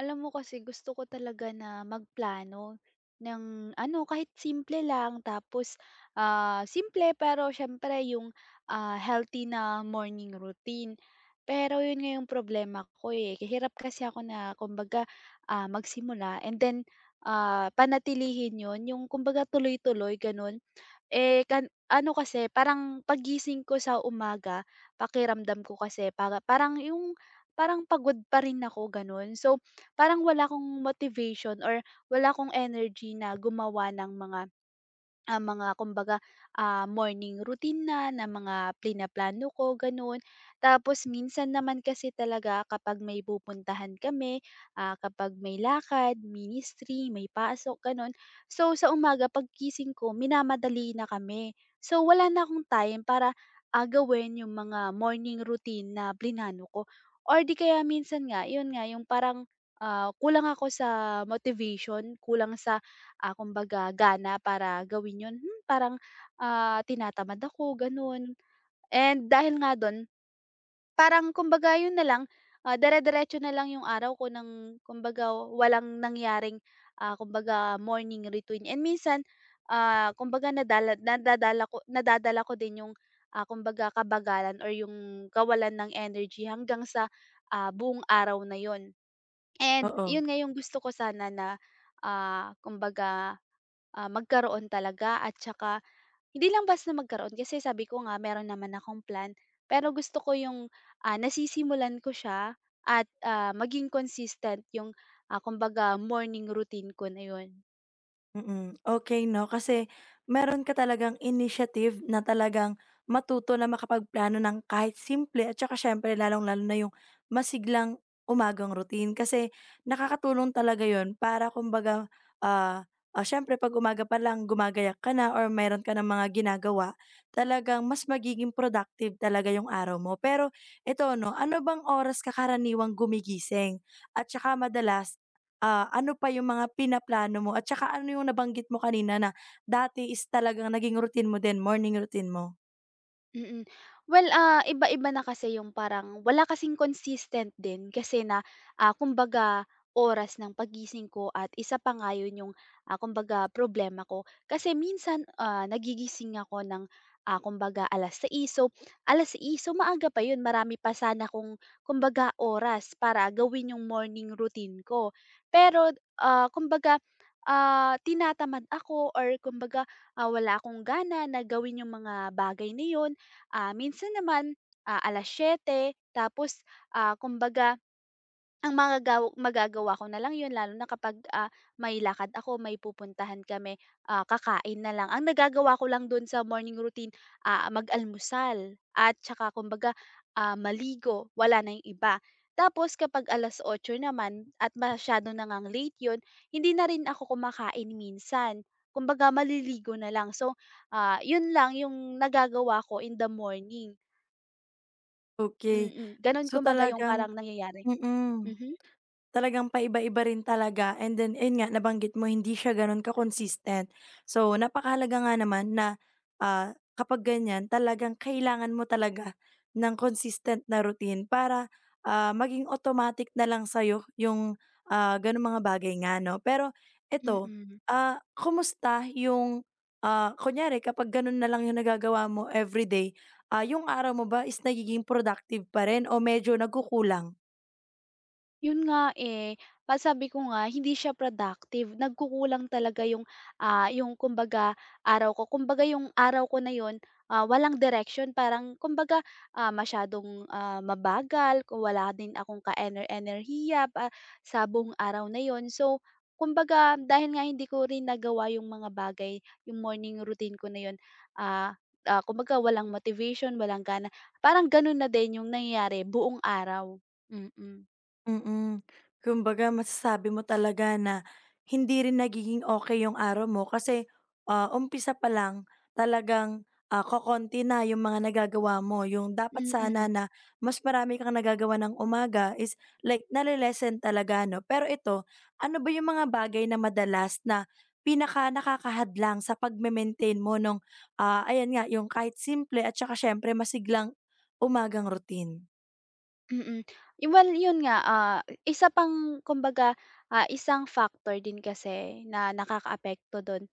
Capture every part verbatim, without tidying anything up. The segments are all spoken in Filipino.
Alam mo kasi gusto ko talaga na magplano ng ano, kahit simple lang tapos, ah, simple pero siyempre yung, ah, healthy na morning routine. Pero yun nga yung problema ko, eh, hirap kasi ako na kumbaga, ah, magsimula and then, ah, panatilihin yun, yung kumbaga tuloy-tuloy ganun. Eh, kan ano kasi parang pagising ko sa umaga pakiramdam ko kasi para parang yung parang pagod pa rin ako ganun. So parang wala akong motivation or wala akong energy na gumawa ng mga ang mga kumbaga, ah, morning routine na na mga plinaplano ko, gano'n. Tapos minsan naman kasi talaga kapag may pupuntahan kami, ah, kapag may lakad, ministry, may pasok, gano'n. So, sa umaga pagkising ko minamadali na kami. So, wala na akong time para, ah, gawin yung mga morning routine na plinano ko or 'di kaya minsan nga, yun nga, yung parang, ah, kulang ako sa motivation, kulang sa ah, kumbaga gana para gawin yun, hmm, parang, ah, tinatamad ako gano'n. And dahil nga dun parang kumbaga yun na lang, ah, dire-diretso na lang yung araw ko ng kumbaga walang nangyaring, ah, kumbaga morning routine. And minsan, ah, kumbaga nadala nadadala ko nadadala ko din yung, ah, kumbaga kabagalan or yung kawalan ng energy hanggang sa, ah, buong araw na yun. And Oo, yun nga yung gusto ko sana na, ah, kumbaga Ah, magkaroon talaga at saka hindi lang basta magkaroon kasi sabi ko nga meron naman akong plan, pero gusto ko yung, ah, nasisimulan ko siya at, ah, maging consistent yung, ah, kumbaga morning routine ko na yun. mm. Okay 'no, kasi meron ka talagang initiative na talagang matuto na makapagplano ng kahit simple at saka siyempre lalong-lalo na yung masiglang umagang routine. Kasi nakakatulong talaga yon para kumbaga, ah, ah, siyempre 'pag umaga pa lang gumagayak ka na or mayroon ka ng mga ginagawa, talagang mas magiging productive talaga yung araw mo. Pero ito 'no, ano bang oras ka karaniwang gumigising at saka madalas Ah, ano pa yung mga pinaplano mo at saka ano yung nabanggit mo kanina na dati is talagang naging routine mo din, morning routine mo? Mm. Well, ah, iba-iba na kasi yung parang wala kasing consistent din kasi na, ah, kumbaga oras ng pagising ko at isa pa nga yun yung, ah, kumbaga problema ko. Kasi minsan, ah, nagigising ako ng, ah, kumbaga alas sais. So, alas sais so maaga pa yun, marami pa sana akong kumbaga oras para gawin yung morning routine ko. Pero, ah, kumbaga, ah, tinatamad ako or kumbaga, ah, wala akong gana na gawin yung mga bagay na yun ah, minsan naman, ah, alas siyete tapos, ah, kumbaga ang magagaw magagawa ko na lang 'yun lalo na kapag, ah, may lakad ako, may pupuntahan kami, ah, kakain na lang. Ang nagagawa ko lang do'n sa morning routine, ah, mag-almusal at tsaka kumbaga, ah, maligo, wala na 'yung iba. Tapos kapag alas otso naman at masyado na ngang late 'yun, hindi na rin ako kumakain minsan, kumbaga maliligo na lang. So, ah, 'yun lang 'yung nagagawa ko in the morning. Okay. Mm, gano'n So, kumbaga yung talagang parang nangyayari, mm. mhm. Talagang paiba-iba rin talaga and then ayun nga nabanggit mo hindi siya gano'n ka-consistent. So, napakahalaga nga naman na, ah, kapag ganyan talagang kailangan mo talaga ng consistent na routine para, ah, maging automatic na lang sa'yo yung, ah, gano'ng mga bagay nga 'no. Pero eto, Mm. ah, kumusta yung, ah, kunyari kapag gano'n na lang yung nagagawa mo everyday, ah, yung araw mo ba is nagiging productive pa rin o medyo nagkukulang? Yun nga, eh. Pa sabi ko nga hindi siya productive, nagkukulang talaga yung, ah, yung kumbaga araw ko. Kumbaga yung araw ko na yun, ah, walang direction, parang kumbaga, ah, masyadong, ah, mabagal kung wala din akong kaener-enerhiya pa sa buong araw na yun. So, kumbaga dahil nga hindi ko rin nagawa yung mga bagay, yung morning routine ko na yun, ah, ah, kumbaga walang motivation, walang gana. Parang ganun na din yung nangyayari buong araw. Mm. Mm. Mm. Kumbaga masasabi mo talaga na hindi rin nagiging okay yung araw mo kasi, ah, umpisa pa lang talagang, ah, kokonti na yung mga nagagawa mo. Yung dapat Mm, mm. sana na mas marami kang nagagawa ng umaga is like nale-lessen talaga 'no. Pero ito, ano ba yung mga bagay na madalas na pinaka-nakakahadlang sa pagme-maintain mo nung, ah, ayan nga yung kahit simple at saka siyempre masiglang umagang routine? Eh, well, yun nga, ah, isa pang kumbaga, ah, isang factor din kasi na nakakaapekto don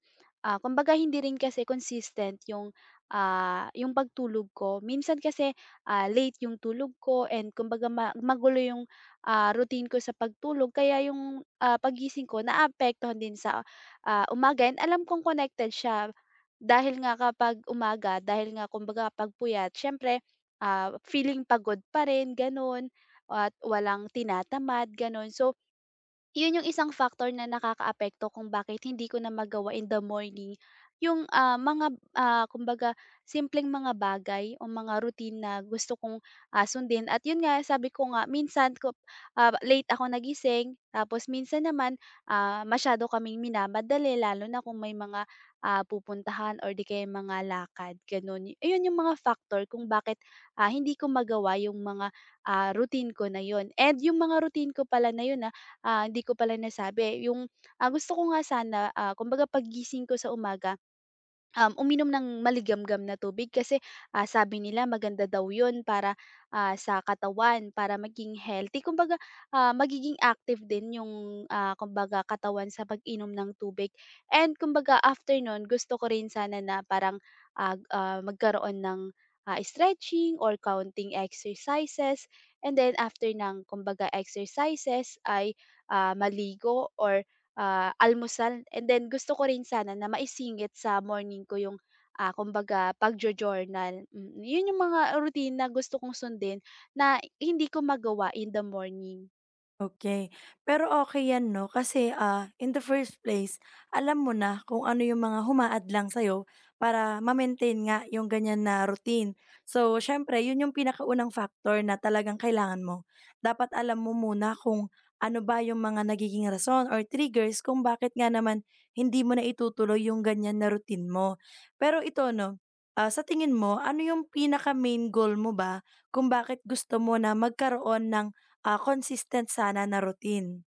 ah, kumbaga hindi rin kasi consistent yung, ah, yung pagtulog ko. Minsan kasi, ah, late yung tulog ko and kumbaga ma magulo yung, ah, routine ko sa pagtulog kaya yung, ah, paggising ko naapektuhan din sa, ah, umaga and alam kong connected siya. Dahil nga kapag umaga, dahil nga kumbaga 'pag puyat siyempre Ah, feeling pagod pa rin gano'n at walang tinatamad gano'n. So, yun yung isang factor na nakakaapekto kung bakit hindi ko na magawa in the morning yung, ah, mga, ah, kumbaga simpleng mga bagay o mga routine na gusto kong, ah, sundin at yun nga sabi ko nga minsan ko ah, late ako nagising tapos minsan naman, ah, masyado kaming minamadali lalo na kung may mga, ah, pupuntahan or di kaya mga lakad ganun. Ayun yung mga factor kung bakit, ah, hindi ko magawa yung mga, ah, routine ko na yun and yung mga routine ko pala na yun, ah, hindi ko pala nasabi yung, ah, gusto ko nga sana, ah, kumbaga paggising ko sa umaga Um, uminom ng maligamgam na tubig kasi, ah, sabi nila maganda daw yun para, ah, sa katawan, para maging healthy. Kumbaga, ah, magiging active din yung, ah, kumbaga katawan sa pag-inom ng tubig and kumbaga after nun gusto ko rin sana na parang, ah, g- ah, magkaroon ng, ah, stretching or counting exercises and then after ng kumbaga exercises ay, ah, maligo or ah, almusal and then gusto ko rin sana na maisingit sa morning ko yung, ah, kumbaga pagjo-journal, mm. Yun yung mga routine na gusto kong sundin na hindi ko magawa in the morning. Okay. Pero okay 'yan 'no kasi, ah, in the first place alam mo na kung ano yung mga humaadlang sa'yo para ma-maintain nga yung ganyan na routine. So, siyempre yun yung pinakaunang factor na talagang kailangan mo. Dapat alam mo muna kung ano ba yung mga nagiging rason or triggers kung bakit nga naman hindi mo na naitutuloy yung ganyan na routine mo. Pero ito 'no, ah, sa tingin mo ano yung pinaka-main goal mo ba kung bakit gusto mo na magkaroon ng Ah, consistent sana na routine.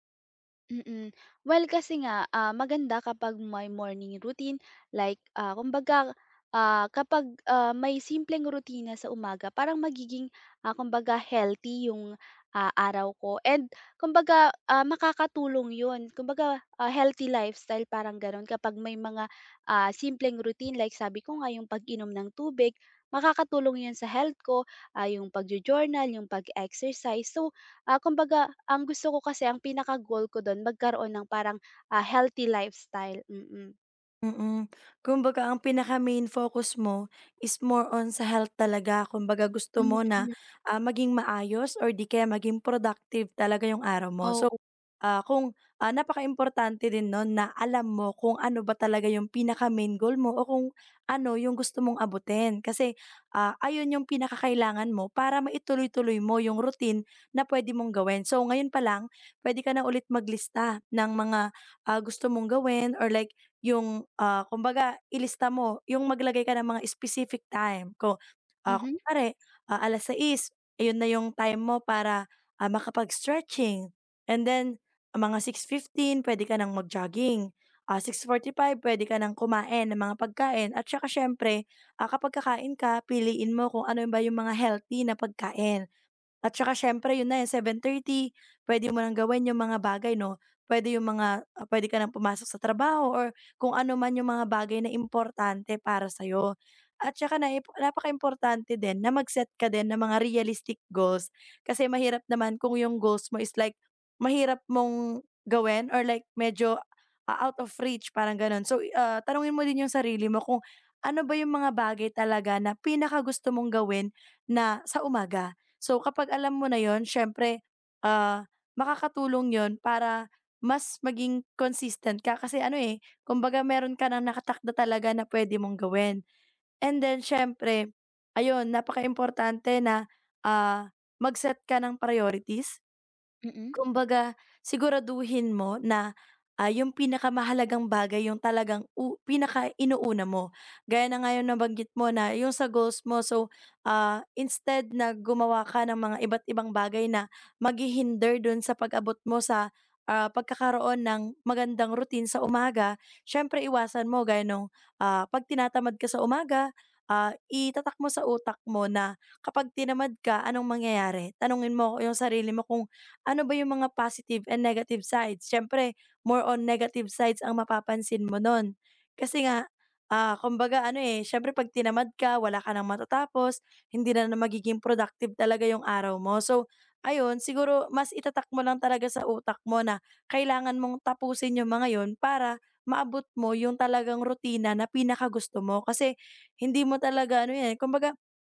Mm. Well, kasi nga, ah, maganda kapag may morning routine like, ah, kumbaga, ah, kapag, ah, may simpleng rutina sa umaga parang magiging, ah, kumbaga healthy yung, ah, araw ko and kumbaga, ah, makakatulong yun. Kumbaga, ah, healthy lifestyle parang gano'n kapag may mga, ah, simpleng routine like sabi ko nga yung pag-inom ng tubig, makakatulong yun sa health ko, ah, yung pagjo-journal, yung pag-exercise. So, Ah, kumbaga ang gusto ko kasi ang pinaka-goal ko don magkaroon ng parang, ah, healthy lifestyle, mm. Mm. Kumbaga ang pinaka-main focus mo is more on sa health talaga. Kumbaga gusto mo na, Mm, ah, maging maayos or di kaya maging productive talaga yung araw mo. So oo. Ah, kung, ah, importante din nun na alam mo kung ano ba talaga yung pinaka-main goal mo o kung ano yung gusto mong abutin. Kasi, ah, ayun yung pinakakailangan mo para maituloy-tuloy mo yung routine na puwede mong gawin. So, ngayon pa lang, puwede ka na ulit maglista ng mga, ah, gusto mong gawin or like yung, ah, kumbaga ilista mo yung maglagay ka ng mga specific time ko ah, Mhm. kunwari, ah, alas sais, ayun na yung time mo para, ah, makapag-stretching and then mga six fifteen puwede ka ng mag-jogging, ah, six forty-five puwede ka ng kumain ng mga pagkain at saka siyempre, ah, kapag kakain ka piliin mo kung ano ba yung mga healthy na pagkain. At saka siyempre yun na, eh, seven thirty, pwede mo ng gawin yung mga bagay 'no, pwede yung mga ah, puwede ka ng pumasok sa trabaho or kung ano man yung mga bagay na importante para sa'yo. At saka naip napakaimportante din na mag-set ka din ng mga realistic goals, kasi mahirap naman kung yung goals mo is like mahirap mong gawin or like medyo, ah, out of reach parang gano'n. So, i- ah, tanungin mo din yung sarili mo kung ano ba yung mga bagay talaga na pinakagusto mong gawin na sa umaga. So kapag alam mo na yon, siyempre, ah, makakatulong yon para mas maging consistent ka kasi ano, eh, kumbaga meron ka ng nakatakda talaga na puwede mong gawin. And then siyempre, ayun napakaimportante na, ah, mag-set ka ng priorities. Mm. Kumbaga, siguraduhin mo na, ah, yung pinakamahalagang bagay yung talagang u pinaka-inuuna mo. Gaya na nga yung nabanggit mo na yung sa goals mo. So, ah, instead na gumawa ka ng mga iba't ibang bagay na maghihinder dun sa pag-abot mo sa, ah, pagkakaroon ng magandang routine sa umaga, siyempre iwasan mo gaya nung, ah, 'pag tinatamad ka sa umaga, ah, itatak mo sa utak mo na kapag tinamad ka anong mangyayari? Tanungin mo yung sarili mo kung ano ba yung mga positive and negative sides? Siyempre, more on negative sides ang mapapansin mo nun. Kasi nga, ah, kumbaga ano eh, siyempre 'pag tinamad ka, wala ka ng matatapos, hindi na na magiging productive talaga yung araw mo. So, ayun, siguro mas itatak mo lang talaga sa utak mo na kailangan mong tapusin yung mga yun para maabot mo yung talagang rutina na pinakagusto mo. Kasi hindi mo talaga ano yan, kumbaga,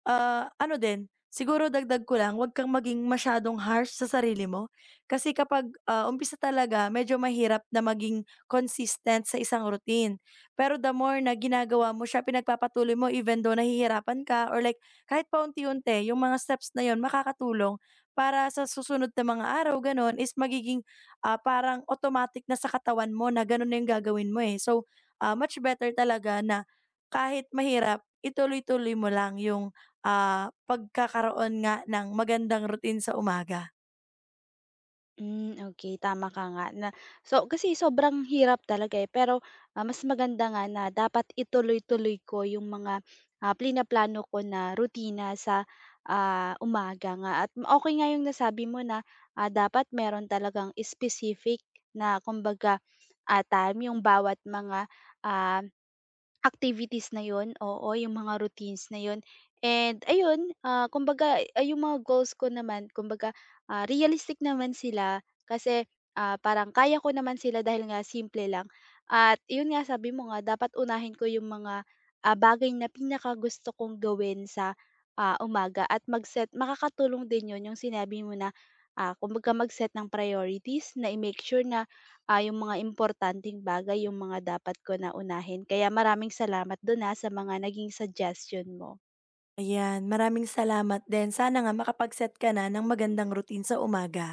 ah, ano din. Siguro dagdag ko lang, 'wag kang maging masyadong harsh sa sarili mo. Kasi kapag, ah, umpisa talaga medyo mahirap na maging consistent sa isang routine. Pero the more na ginagawa mo siya, pinagpapatuloy mo even though nahihirapan ka or like kahit paunti-unti yung mga steps na yun makakatulong para sa susunod na mga araw gano'n is magiging, ah, parang automatic na sa katawan mo na gano'n na yung gagawin mo, eh. So, ah, much better talaga na kahit mahirap, ituloy-tuloy mo lang yung ah, pagkakaroon nga ng magandang routine sa umaga. Hmm, okey tama ka nga na so kasi sobrang hirap talaga, eh, pero, ah, mas maganda nga na dapat ituloy-tuloy ko yung mga, ah, plinaplano ko na rutina sa, ah, umaga nga at okey nga yung nasabi mo na, ah, dapat meron talagang specific na kumbaga, ah, time yung bawat mga, ah Activities na yun, oo, yung mga routines na yon and ayun, ah, kumbaga, ay yung mga goals ko naman kumbaga, ah, realistic naman sila kasi, ah, parang kaya ko naman sila dahil nga simple lang at yun nga sabi mo nga dapat unahin ko yung mga, ah, bagay na pinakagusto kong gawin sa, ah, umaga at mag-set makakatulong din yun yung sinabi mo na, ah, kumbaga mag-set ng priorities na i-make sure na ah, yung mga importanteng bagay, yung mga dapat ko na unahin. Kaya maraming salamat dun, ah, sa mga naging suggestion mo. Ayan, maraming salamat din. Sana nga makapag-set ka na ng magandang routine sa umaga.